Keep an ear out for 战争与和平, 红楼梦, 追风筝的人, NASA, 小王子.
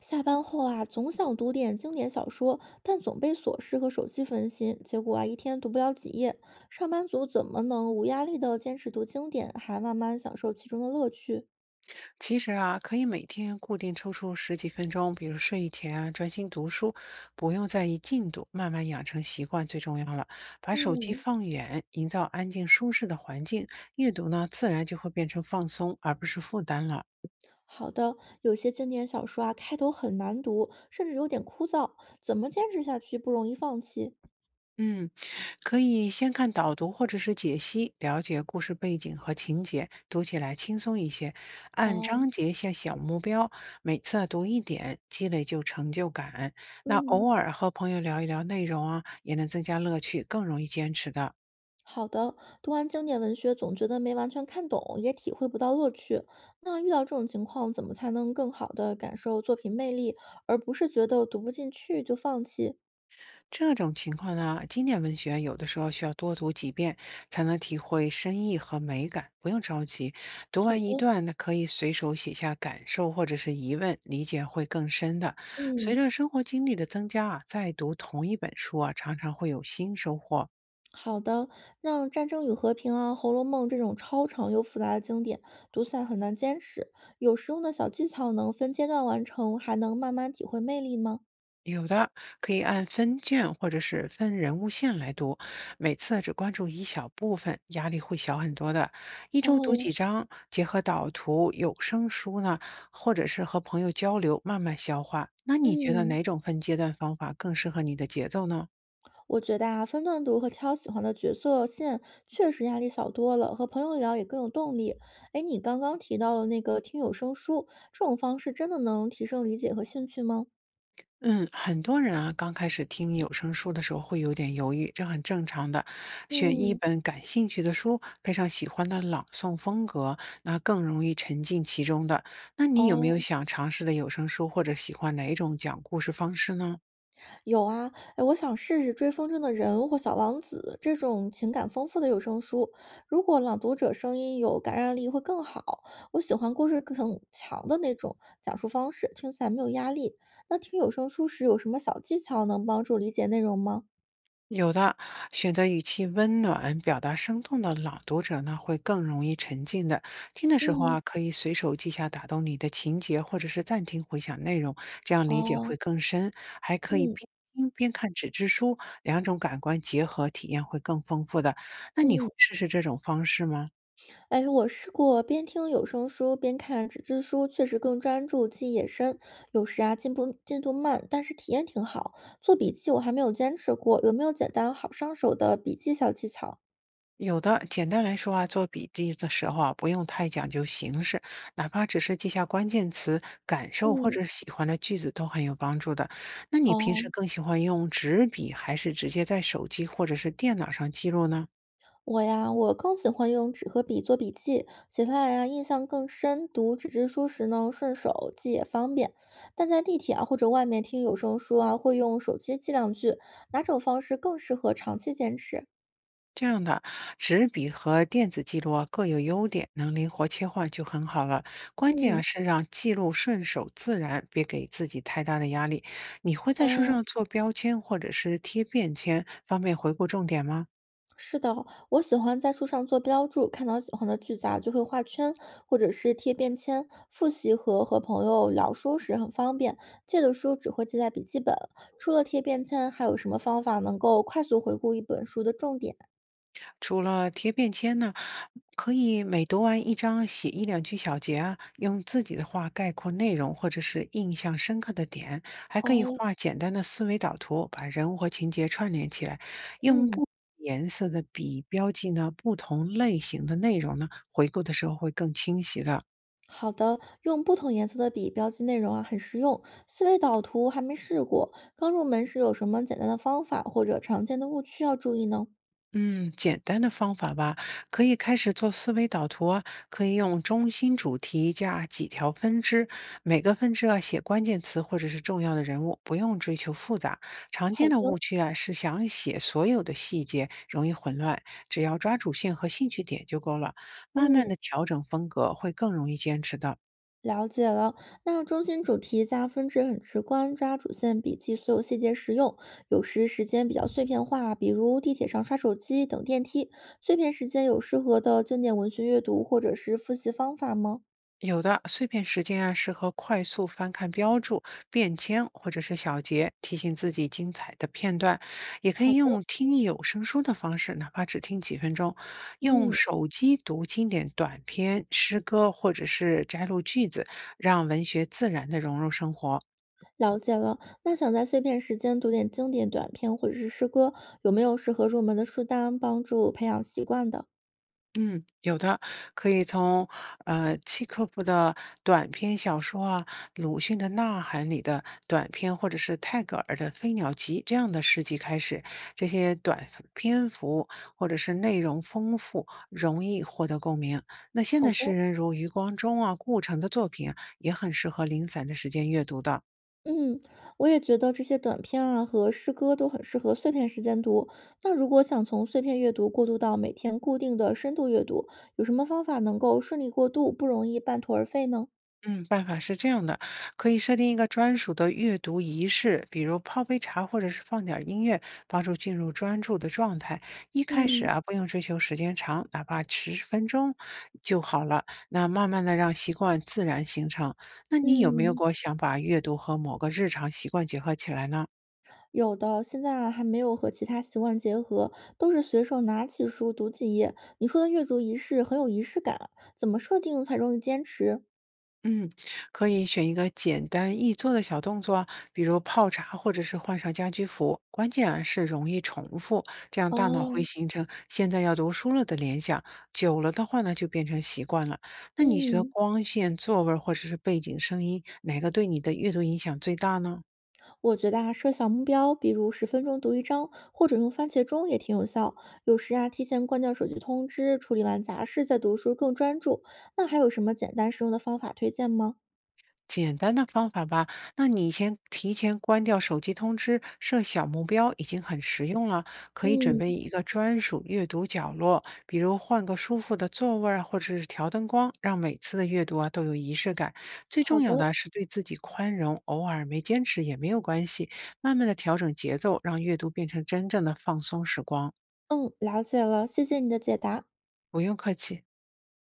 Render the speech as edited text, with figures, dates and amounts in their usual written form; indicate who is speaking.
Speaker 1: 下班后啊，总想读点经典小说，但总被琐事和手机分心，结果啊，一天读不了几页。上班族怎么能无压力的坚持读经典，还慢慢享受其中的乐趣？
Speaker 2: 其实啊，可以每天固定抽出10几分钟，比如睡前啊，专心读书，不用在意进度，慢慢养成习惯最重要了。把手机
Speaker 1: 嗯，
Speaker 2: 放远，营造安静舒适的环境，阅读呢，自然就会变成放松，而不是负担了。
Speaker 1: 好的。有些经典小说啊，开头很难读，甚至有点枯燥，怎么坚持下去不容易放弃？
Speaker 2: 嗯，可以先看导读或者是解析，了解故事背景和情节，读起来轻松一些。按
Speaker 1: 哦，
Speaker 2: 章节下小目标，每次啊读一点，积累就成就感。那
Speaker 1: 嗯。
Speaker 2: 偶尔和朋友聊一聊内容啊，也能增加乐趣，更容易坚持的。
Speaker 1: 好的，读完经典文学总觉得没完全看懂，也体会不到乐趣。那遇到这种情况，怎么才能更好的感受作品魅力，而不是觉得读不进去就放弃？
Speaker 2: 这种情况呢，经典文学有的时候需要多读几遍才能体会深意和美感，不用着急。读
Speaker 1: 好
Speaker 2: 完一
Speaker 1: 的，
Speaker 2: 段，那可以随手写下感受或者是疑问，理解会更深的。随
Speaker 1: 嗯，
Speaker 2: 着生活经历的增加啊，再读同一本书啊，常常会有新收获。
Speaker 1: 好的。那《战争与和平》啊，《红楼梦》这种超长又复杂的经典，读起来很难坚持。有实用的小技巧能分阶段完成，还能慢慢体会魅力吗？
Speaker 2: 有的可以按分卷或者是分人物线来读，每次只关注一小部分，压力会小很多的。一周读
Speaker 1: 哦，
Speaker 2: 几章，结合导图、有声书呢，或者是和朋友交流，慢慢消化。那你觉得
Speaker 1: 嗯。
Speaker 2: 哪种分阶段方法更适合你的节奏呢？
Speaker 1: 我觉得啊，分段读和挑喜欢的角色线确实压力小多了，和朋友聊也更有动力。哎，你刚刚提到了那个听有声书，这种方式真的能提升理解和兴趣吗？
Speaker 2: 嗯，很多人啊，刚开始听有声书的时候会有点犹豫，这很正常的。选一
Speaker 1: 嗯，
Speaker 2: 本感兴趣的书，配上喜欢的朗诵风格，那更容易沉浸其中的。那你有没有
Speaker 1: 哦，
Speaker 2: 想尝试的有声书，或者喜欢哪一种讲故事方式呢？
Speaker 1: 有啊，哎，我想试试《追风筝的人》或《小王子》这种情感丰富的有声书。如果朗读者声音有感染力，会更好。我喜欢故事更强的那种讲述方式，听起来没有压力。那听有声书时有什么小技巧能帮助理解内容吗？
Speaker 2: 有的，选择语气温暖、表达生动的朗读者呢，会更容易沉浸的。听的时候
Speaker 1: 嗯。
Speaker 2: 啊，可以随手记下打动你的情节，或者是暂停回想内容，这样理解会
Speaker 1: 哦，
Speaker 2: 更深。还可以
Speaker 1: 嗯
Speaker 2: 边听边看纸质书，两种感官结合，体验会更丰富的。那你会
Speaker 1: 嗯，
Speaker 2: 试试这种方式吗？
Speaker 1: 哎，我试过边听有声书边看纸质书，确实更专注，记忆也深。有时啊，进度慢，但是体验挺好。做笔记我还没有坚持过，有没有简单好上手的笔记小技巧？
Speaker 2: 有的，简单来说啊，做笔记的时候啊，不用太讲究形式，哪怕只是记下关键词、感受或
Speaker 1: 嗯，
Speaker 2: 者喜欢的句子都很有帮助的。那你平
Speaker 1: 哦，
Speaker 2: 时更喜欢用纸笔，还是直接在手机或者是电脑上记录呢？
Speaker 1: 我呀，我更喜欢用纸和笔做笔记，写下来啊，印象更深。读纸质书时呢，顺手记也方便。但在地铁啊，或者外面听有声书啊，会用手机记两句。哪种方式更适合长期坚持？
Speaker 2: 这样的纸笔和电子记录啊各有优点，能灵活切换就很好了。关键啊
Speaker 1: 嗯。
Speaker 2: 是让记录顺手自然，别给自己太大的压力。你会在书
Speaker 1: 哦，
Speaker 2: 上做标签或者是贴便签，方便回顾重点吗？
Speaker 1: 是的，我喜欢在书上做标注，看到喜欢的句子啊，就会画圈，或者是贴便签。复习和朋友聊书时很方便，借的书只会记在笔记本。除了贴便签，还有什么方法能够快速回顾一本书的重点？
Speaker 2: 除了贴便签呢，可以每读完一章写一两句小结啊，用自己的话概括内容或者是印象深刻的点，还可以
Speaker 1: 哦，
Speaker 2: 画简单的思维导图，把人物和情节串联起来，用
Speaker 1: 嗯，
Speaker 2: 不同颜色的笔标记呢不同类型的内容呢，回顾的时候会更清晰的。
Speaker 1: 好的，用不同颜色的笔标记内容啊，很实用。思维导图还没试过，刚入门时有什么简单的方法或者常见的误区要注意呢？
Speaker 2: 嗯，简单的方法吧，可以开始做思维导图啊，可以用中心主题加几条分支，每个分支啊写关键词或者是重要的人物，不用追求复杂。常
Speaker 1: 好
Speaker 2: 见的误
Speaker 1: 的，
Speaker 2: 区啊是想写所有的细节，容易混乱，只要抓主线和兴趣点就够了。慢慢
Speaker 1: 嗯。
Speaker 2: 的调整风格，会更容易坚持的。
Speaker 1: 了解了，那中心主题加分值很直观，抓主线笔记所有细节实用。有时时间比较碎片化，比如地铁上刷手机、等电梯。碎片时间有适合的经典文学阅读或者是复习方法吗？
Speaker 2: 有的碎片时间啊，适合快速翻看标注、便签或者是小结，提醒自己精彩的片段。也可
Speaker 1: 好
Speaker 2: 以
Speaker 1: 的，
Speaker 2: 用听有声书的方式，哪怕只听几分钟，用
Speaker 1: 嗯，
Speaker 2: 手机读经典短篇、诗歌或者是摘录句子，让文学自然的融入生活。
Speaker 1: 了解了。那想在碎片时间读点经典短篇或者是诗歌，有没有适合入门的书单帮助培养习惯的？
Speaker 2: 嗯，有的，可以从契诃夫的短篇小说啊，鲁迅的《呐喊》里的短篇，或者是泰戈尔的《飞鸟集》这样的诗集开始。这些短篇幅或者是内容丰富，容易获得共鸣。那现
Speaker 1: 好
Speaker 2: 代诗
Speaker 1: 的，
Speaker 2: 人如余光中啊、顾城的作品啊也很适合零散的时间阅读的。
Speaker 1: 嗯，我也觉得这些短片啊和诗歌都很适合碎片时间读。那如果想从碎片阅读过渡到每天固定的深度阅读，有什么方法能够顺利过渡，不容易半途而废呢？
Speaker 2: 嗯，办法是这样的，可以设定一个专属的阅读仪式，比如泡杯茶或者是放点儿音乐，帮助进入专注的状态。一开始
Speaker 1: 嗯
Speaker 2: 啊，不用追求时间长，哪怕10分钟就好了。那慢慢的让习惯自然形成。那你有没有
Speaker 1: 嗯，
Speaker 2: 过想把阅读和某个日常习惯结合起来呢？
Speaker 1: 有的，现在啊还没有和其他习惯结合，都是随手拿起书读几页。你说的阅读仪式很有仪式感啊，怎么设定才容易坚持？
Speaker 2: 嗯，可以选一个简单易做的小动作啊，比如泡茶或者是换上家居服。关键啊是容易重复，这样大脑会
Speaker 1: 哦，
Speaker 2: 形成现在要读书了的联想，久了的话呢就变成习惯了。那你觉得
Speaker 1: 嗯。
Speaker 2: 光线、座位儿或者是背景声音，哪个对你的阅读影响最大呢？
Speaker 1: 我觉得啊，设小目标，比如10分钟读一章，或者用番茄钟也挺有效。有时啊，提前关掉手机通知，处理完杂事再读书更专注。那还有什么简单实用的方法推荐吗？
Speaker 2: 简单的方法吧，那你先提前关掉手机通知，设小目标已经很实用了。可以准备
Speaker 1: 嗯，
Speaker 2: 一个专属阅读角落，比如换个舒服的座位儿啊，或者是调灯光，让每次的阅读啊都有仪式感。最
Speaker 1: 好
Speaker 2: 重
Speaker 1: 的，
Speaker 2: 要的啊是对自己宽容，偶尔没坚持也没有关系，慢慢的调整节奏，让阅读变成真正的放松时光。
Speaker 1: 嗯，了解了，谢谢你的解答。
Speaker 2: 不用客气。